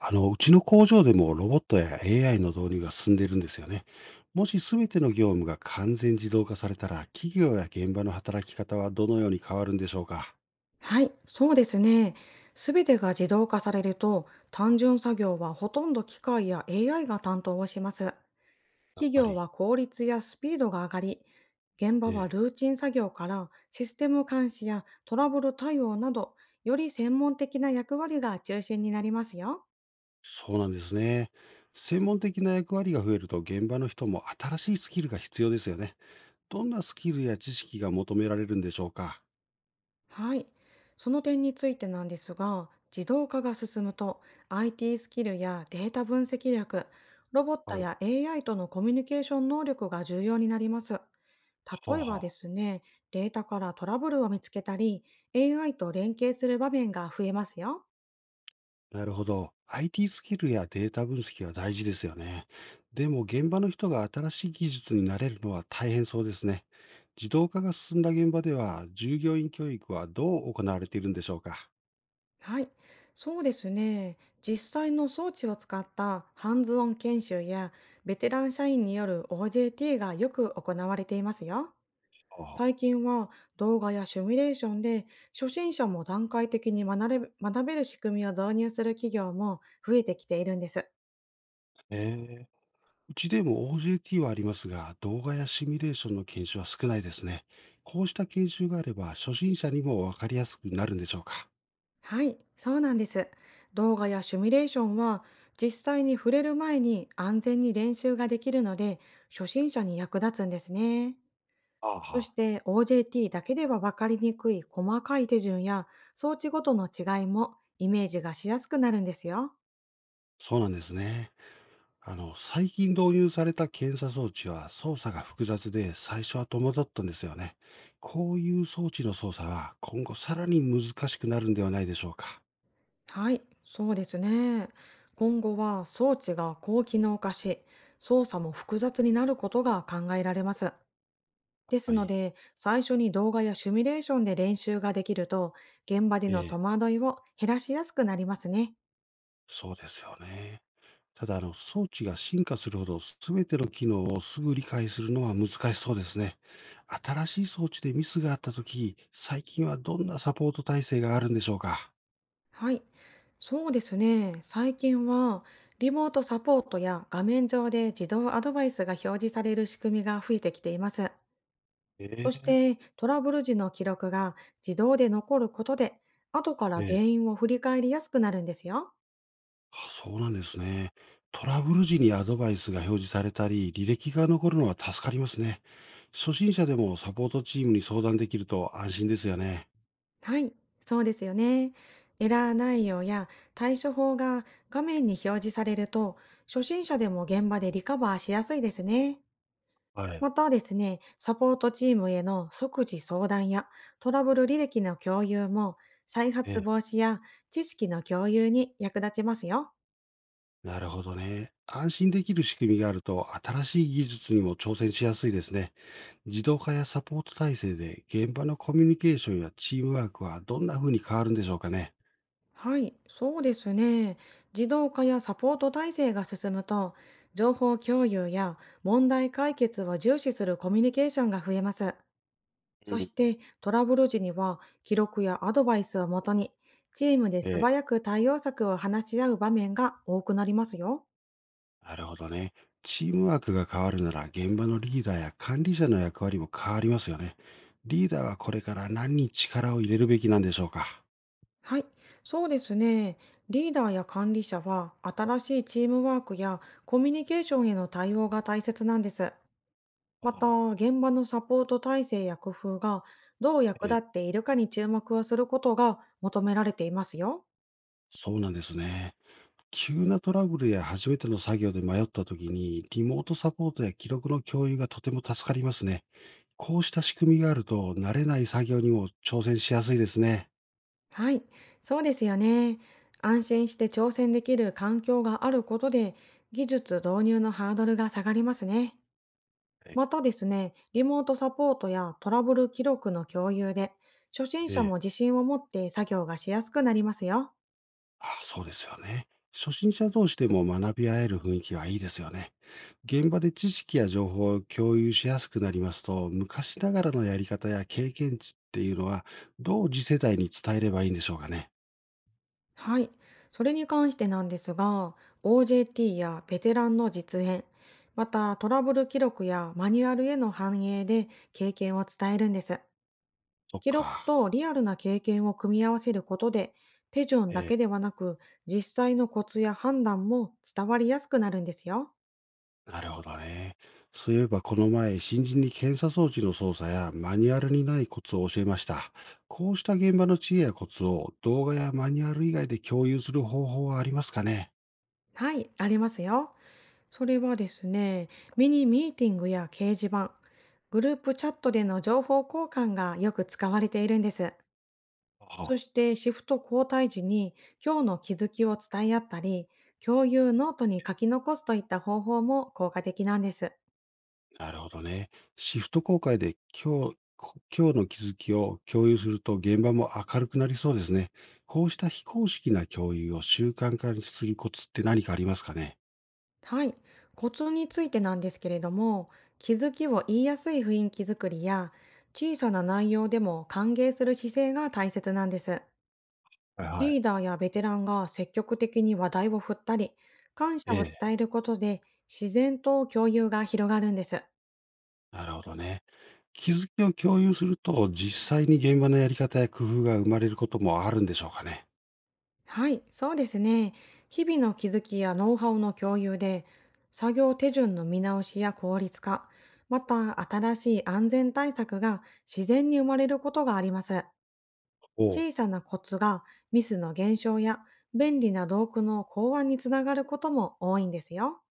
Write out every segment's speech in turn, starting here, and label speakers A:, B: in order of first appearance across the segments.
A: うちの工場でもロボットや AI の導入が進んでいるんですよね。もし全ての業務が完全自動化されたら、企業や現場の働き方はどのように変わるんでしょうか？
B: はい、そうですね。すべてが自動化されると、単純作業はほとんど機械や AI が担当をします。
A: やっ
B: 企
A: ぱ
B: 業は
A: り。
B: 効率やスピードが上がり、現場
A: え
B: は
A: え、
B: ルーチン作業からシステム監視やトラブル対応など、より専門的な役割が中心になりますよ。
A: そうなんですね。専門的な役割が増えると、現場の人も新しいスキルが必要ですよね。どんなスキルや知識が求められるんでしょうか？
B: はい。その点についてなんですが、自動化が進むと IT スキルやデータ分析力、ロボット
A: はい。
B: や AI とのコミュニケーション能力が重要になります。
A: はあ
B: 例えば
A: は
B: で
A: あ。
B: すね、データからトラブルを見つけたり、AI と連携する場面が増えますよ。
A: なるほど。IT スキルやデータ分析は大事ですよね。でも現場の人が新しい技術に慣れるのは大変そうですね。自動化が進んだ現場では従業員教育はどう行われているんでしょうか？
B: はい。そうですね。実際の装置を使ったハンズオン研修やベテラン社員による OJT がよく行われていますよ。
A: ああ。
B: 最近は動画やシミュレーションで初心者も段階的に学べる仕組みを導入する企業も増えてきているんです。
A: ええ。うちでも OJT はありますが、動画やシミュレーションの研修は少ないですね。こうした研修があれば初心者にもわかりやすくなるんでしょうか？
B: はい、そうなんです。動画やシミュレーションは実際に触れる前に安全に練習ができるので初心者に役立つんですね。
A: あ
B: そし
A: あ、
B: て OJT だけでは分かりにくい細かい手順や装置ごとの違いもイメージがしやすくなるんですよ。
A: そうなんですね。最近導入された検査装置は操作が複雑で最初は戸惑ったんですよね。こういう装置の操作は今後さらに難しくなるんではないでしょうか。
B: はい、そうですね。今後は装置が高機能化し、操作も複雑になることが考えられます。です
A: は
B: の
A: い。
B: で、最初に動画やシミュレーションで練習ができると、現場で
A: え
B: の
A: え、
B: 戸惑いを減らしやすくなりますね。
A: そうですよね。ただ、装置が進化するほど全ての機能をすぐ理解するのは難しそうですね。新しい装置でミスがあったとき、最近はどんなサポート体制があるんでしょうか。
B: はい、そうですね。最近は、リモートサポートや画面上で自動アドバイスが表示される仕組みが増えてきています。
A: え
B: そし
A: え。
B: て、トラブル時の記録が自動で残ることで、後から
A: え
B: 原
A: え。
B: 因を振り返りやすくなるんですよ。
A: あ、そうなんですね。トラブル時にアドバイスが表示されたり、履歴が残るのは助かりますね。初心者でもサポートチームに相談できると安心ですよね。
B: はい、そうですよね。エラー内容や対処法が画面に表示されると、初心者でも現場でリカバーしやすいですね。
A: はい。
B: またですね、サポートチームへの即時相談やトラブル履歴の共有も、再
A: え
B: 発
A: え、
B: 防止や知識の共有に役立ちますよ。
A: なるほどね。安心できる仕組みがあると、新しい技術にも挑戦しやすいですね。自動化やサポート体制で、現場のコミュニケーションやチームワークはどんな風に変わるんでしょうかね。
B: はい、そうですね。自動化やサポート体制が進むと、情報共有や問題解決を重視するコミュニケーションが増えます。
A: う
B: そし
A: ん。
B: てトラブル時には記録やアドバイスをもとに、チームで素
A: ええ。
B: 早く対応策を話し合う場面が多くなりますよ。
A: なるほどね。チームワークが変わるなら現場のリーダーや管理者の役割も変わりますよね。リーダーはこれから何に力を入れるべきなんでしょうか？
B: はい、そうですね。リーダーや管理者は新しいチームワークやコミュニケーションへの対応が大切なんです。また、
A: ああ。
B: 現場のサポート体制や工夫がどう役立
A: え、
B: っているかに注目をすることが求められていますよ。
A: そうなんですね。急なトラブルや初めての作業で迷った時にリモートサポートや記録の共有がとても助かりますね。こうした仕組みがあると慣れない作業にも挑戦しやすいですね。
B: はい、そうですよね。安心して挑戦できる環境があることで、技術導入のハードルが下がりますね。
A: はい。
B: またですね、リモートサポートやトラブル記録の共有で、初心者
A: え
B: も
A: え。
B: 自信を持って作業がしやすくなりますよ。
A: あ、そうですよね。初心者同士でも学び合える雰囲気はいいですよね。現場で知識や情報を共有しやすくなりますと、昔ながらのやり方や経験値っていうのは、どう次世代に伝えればいいんでしょうかね。
B: はい。それに関してなんですが、OJT やベテランの実演、またトラブル記録やマニュアルへの反映で経験を伝えるんです。
A: そっ
B: 記録
A: か。
B: とリアルな経験を組み合わせることで、手順
A: え
B: だ
A: え、
B: けではなく、実際のコツや判断も伝わりやすくなるんですよ。
A: なるほどね。そういえばこの前、新人に検査装置の操作やマニュアルにないコツを教えました。こうした現場の知恵やコツを動画やマニュアル以外で共有する方法はありますかね。
B: はい、ありますよ。それはですね、ミニミーティングや掲示板、グループチャットでの情報交換がよく使われているんです。
A: は
B: そ
A: あ。
B: してシフト交代時に今日の気づきを伝え合ったり、共有ノートに書き残すといった方法も効果的なんです。
A: なるほどね。シフト公開で今日の気づきを共有すると現場も明るくなりそうですね。こうした非公式な共有を習慣化にするコツって何かありますかね？
B: はい。コツについてなんですけれども、気づきを言いやすい雰囲気づくりや、小さな内容でも歓迎する姿勢が大切なんです。
A: はいは
B: リ
A: い。
B: ーダーやベテランが積極的に話題を振ったり、感謝
A: え
B: を伝
A: え、
B: えることで自然と共有が広がるんです。
A: なるほどね。気づきを共有すると実際に現場のやり方や工夫が生まれることもあるんでしょうかね。
B: はい、そうですね。日々の気づきやノウハウの共有で、作業手順の見直しや効率化、また新しい安全対策が自然に生まれることがあります。
A: お。
B: 小さなコツがミスの減少や便利な道具の考案につながることも多いんですよ。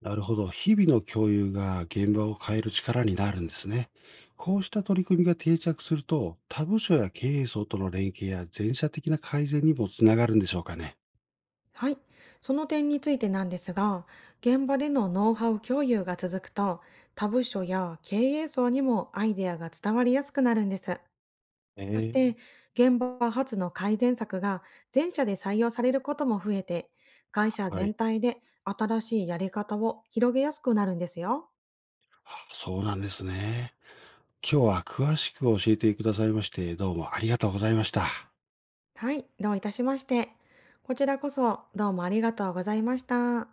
A: なるほど。日々の共有が現場を変える力になるんですね。こうした取り組みが定着すると、他部署や経営層との連携や全社的な改善にもつながるんでしょうかね。
B: はい。その点についてなんですが、現場でのノウハウ共有が続くと、他部署や経営層にもアイデアが伝わりやすくなるんです。そして、
A: ええ。
B: 現場発の改善策が全社で採用されることも増えて、会社
A: は
B: 全
A: い。
B: 体で新しいやり方を広げやすくなるんですよ。
A: あ、そうなんですね。今日は詳しく教えてくださいまして、どうもありがとうございました。
B: はい、どういたしまして。こちらこそどうもありがとうございました。